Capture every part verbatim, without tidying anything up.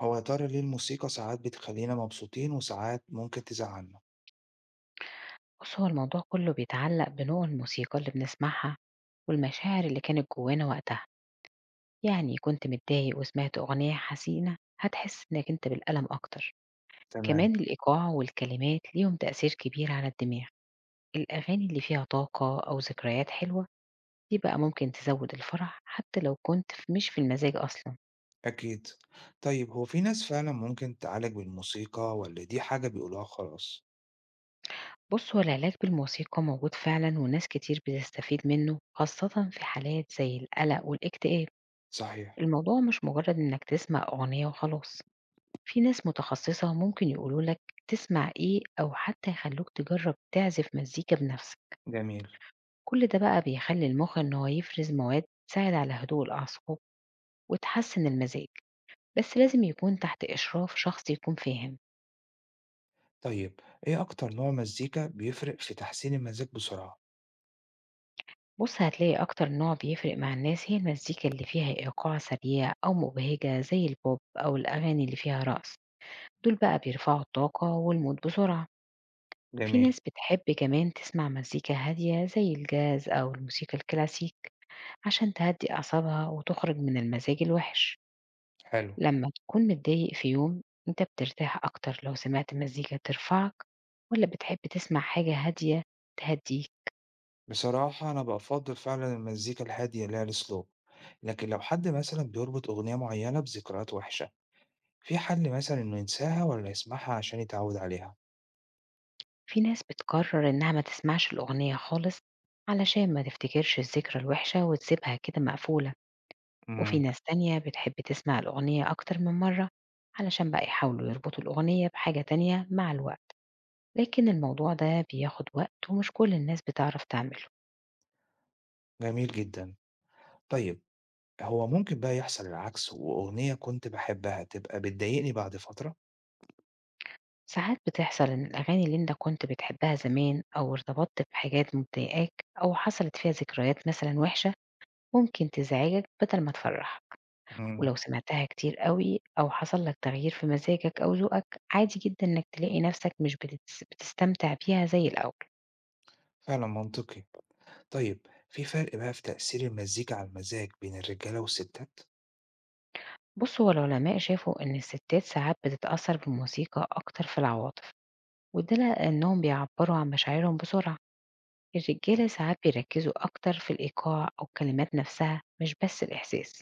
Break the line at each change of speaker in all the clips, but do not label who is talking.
هو يا ترى ليه الموسيقى ساعات بتخلّينا مبسوطين وساعات ممكن تزعّلنا؟
بُص، هو الموضوع كُلّه بيتعلّق بنوع الموسيقى اللي بنسمعها والمشاعر اللي كانت جوّانا وقتها، يعني كنت متضايق وسمعت أغنية حزينة هتحس إنّك أنت بالألم أكتر.
تمام،
كمان الإيقاع والكلمات ليهم تأثير كبير على الدماغ، الأغاني اللي فيها طاقة أو ذكريات حلوة دي بقى ممكن تزوّد الفرح حتى لو كنت ف مش في المزاج أصلًا.
أكيد. طيب هو في ناس فعلًا ممكن تعالج بالموسيقى والّا دي حاجة بيقولوها خلاص؟
بُص، هو العلاج بالموسيقى موجود فعلًا وناس كتير بتستفيد منّه خاصةً في حالات زي القلق والاكتئاب.
صحيح،
الموضوع مش مجرد إنك تسمع أغنية وخلاص، في ناس متخصصة ممكن يقولوا لك تسمع إيه أو حتى يخلوك تجرب تعزف مزيكا بنفسك.
جميل.
كل ده بقى بيخلي المخ إن هو يفرز مواد تساعد على هدوء الأعصاب وتحسن المزاج، بس لازم يكون تحت إشراف شخص يكون فاهم.
طيب إيه أكتر نوع مزيكا بيفرق في تحسين المزاج بسرعة؟
بص، هتلاقي أكتر نوع بيفرق مع الناس هي المزيكا اللي فيها إيقاع سريع أو مبهجة زي البوب أو الأغاني اللي فيها رقص، دول بقى بيرفعوا الطاقة والمود بسرعة. في
جميل،
ناس بتحب كمان تسمع مزيكا هادية زي الجاز أو الموسيقى الكلاسيك عشان تهدي أعصابها وتخرج من المزاج الوحش.
حلو.
لما تكون متضايق في يوم، أنت بترتاح أكتر لو سمعت مزيكا ترفعك ولا بتحب تسمع حاجة هادية تهديك؟
بصراحة أنا بافضّل فعلًا المزيكا الهادية اللي هي الslow، لكن لو حد مثلًا بيربط أغنية معيّنة بذكريات وحشة، في حل مثلًا إنه ينساها والّا يسمعها عشان يتعوّد عليها؟
في ناس بتقرر إنها ما تسمعش الأغنية خالص علشان ما تفتكرش الذكرى الوحشة وتسيبها كده مقفولة، وفي
إمم،
ناس تانية بتحب تسمع الأغنية أكتر من مرة علشان بقى يحاولوا يربطوا الأغنية بحاجة تانية مع الوقت، لكن الموضوع ده بياخد وقت ومش كل الناس بتعرف تعمله.
جميل جدًا. طيب هو ممكن بقى يحصل العكس، وأغنية كنت باحبها تبقى بتضايقني بعد فترة.
ساعات بتحصل إن الأغاني اللي أنت كنت بتحبها زمان أو ارتبطت بحاجات مضايقاك أو حصلت فيها ذكريات مثلا وحشة ممكن تزعجك بدل ما تفرح، ولو
إمم،
سمعتها كتير قوي أو حصل لك تغيير في مزاجك أو ذوقك عادي جدا إنك تلاقي نفسك مش بتتس- بتستمتع بيها زي الأول.
فعلًا منطقي. طيب في فرق بقى في تأثير المزيكا على المزاج بين الرجالة والستات؟
بص، هو العلماء شافوا إن الستات ساعات بتتأثر بالموسيقى أكتر في العواطف، وده لأنهم بيعبروا عن مشاعرهم بسرعة. الرجالة ساعات بيركزوا أكتر في الإيقاع أو الكلمات نفسها مش بس الإحساس،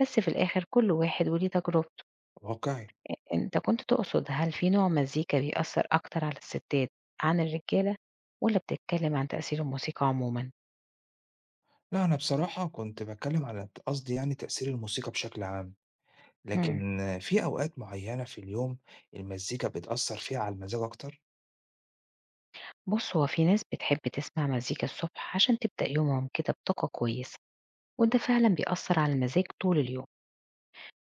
بس في الآخر كل واحد وليه تجربته.
واقعي.
أنت كنت تقصد هل في نوع مزيكا بيأثر أكتر على الستات عن الرجالة، ولا بتتكلم عن تأثير الموسيقى عموما؟
لأ، أنا بصراحة كنت باتكلّم على ت قصدي يعني تأثير الموسيقى بشكل عام،
مم.
لكن في أوقات معيّنة في اليوم المزيكا بتأثّر فيها على المزاج أكتر؟
بص، هو في ناس بتحب تسمع مزيكا الصبح عشان تبدأ يومهم كده بطاقة كويسة، وده فعلا بيأثر على المزاج طول اليوم.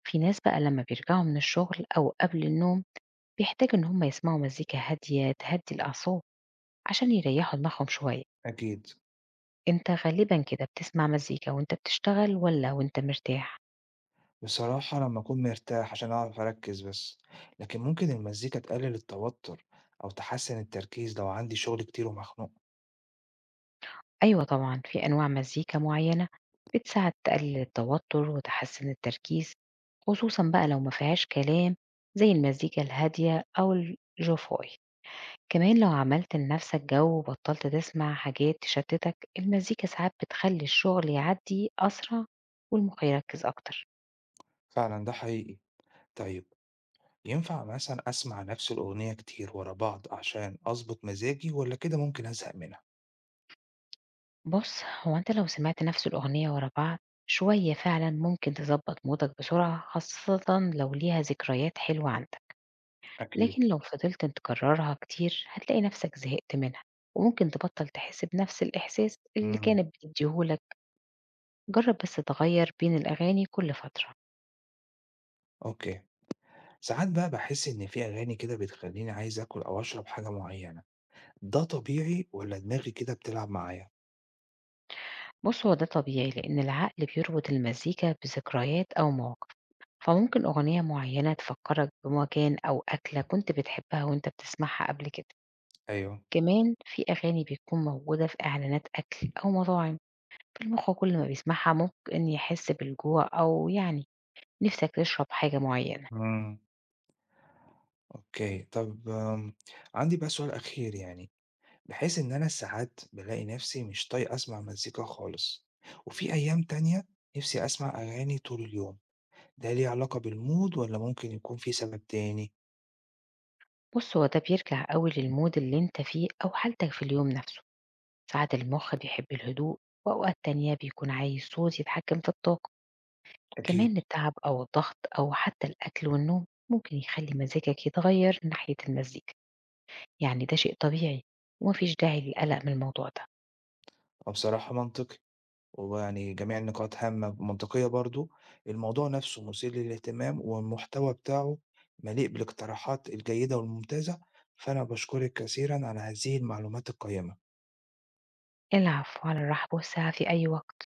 في ناس بقى لما بيرجعوا من الشغل أو قبل النوم بيحتاجوا إن هم يسمعوا مزيكا هادية تهدي الأعصاب عشان يريّحوا دماغهم شوية.
أكيد.
أنت غالبًا كده بتسمع مزيكا وأنت بتشتغل والّا وأنت مرتاح؟
بصراحة لمّا أكون مرتاح عشان أعرف أركّز بس، لكن ممكن المزيكا تقلل التوتر أو تحسّن التركيز لو عندي شغل كتير ومخنوق.
أيوه طبعًا، في أنواع مزيكا معيّنة بتساعد تقلل التوتر وتحسّن التركيز، خصوصًا بقى لو ما فيهاش كلام زي المزيكا الهادية أو الجوفاي. كمان لو عملت لنَفْسك جو وبطّلت تسمع حاجات تشتتك، المزيكا ساعات بتخلّي الشغل يعدّي أسرع والمخ يركّز أكتر.
فعلا ده حقيقي. طيب ينفع مثلا أسمع نفس الأغنية كتير ورا بعض عشان أظبط مزاجي ولا كده ممكن أزهق منها؟
بُص، هو أنت لو سمعت نفس الأغنية ورا بعض شوية فعلًا ممكن تضبط مودك بسرعة خاصةً لو ليها ذكريات حلوة عندك،
أكيد.
لكن لو فضلت تكررها كتير هتلاقي نفسك زهقت منها، وممكن تبطل تحس بنفس الإحساس اللي
امم
كانت بتديه لك. جرب بس تغير بين الأغاني كل فترة.
أوكي. ساعات بقى بحس إن في أغاني كده بتخليني عايز آكل أو أشرب حاجة معينة، ده طبيعي ولا دماغي كده بتلعب معايا؟
بُص، هو ده طبيعي لأن العقل بيربط المزيكا بذكريات أو مواقف، فممكن أغنية معينة تفكرك بمكان أو أكلة كنت بتحبها وأنت بتسمعها قبل كده.
أيوه.
كمان في أغاني بتكون موجودة في إعلانات أكل أو مطاعم، فالمخ كل ما بيسمعها ممكن يحس بالجوع أو يعني نفسك تشرب حاجة معينة.
امم أوكي. طب آم، عندي بقى سؤال أخير، يعني بحيث إن أنا ساعات بلاقي نفسي مش طايق أسمع مزيكا خالص وفي أيام تانية نفسي أسمع أغاني طول اليوم، ده ليه علاقة بالمود والّا ممكن يكون في سبب تاني؟
بص، هو ده بيرجع أوي للمود اللي انت فيه أو حالتك في اليوم نفسه، ساعات المخ بيحب الهدوء وأوقات تانية بيكون عايز صوت يتحكم في الطاقة.
أكيد.
كمان التعب أو الضغط أو حتى الأكل والنوم ممكن يخلي مزاجك يتغير ناحية المزيكا، يعني ده شيء طبيعي ومفيش داعي للقلق من الموضوع ده.
هو بصراحة منطقي، ويعني جميع النقاط هامة ومنطقية برضه، الموضوع نفسه مثير للاهتمام والمحتوى بتاعه مليء بالاقتراحات الجيدة والممتازة، فأنا باشكرِك كثيرًا على هذه المعلومات القيمة.
العفو، على الرحب والسعة في أي وقت.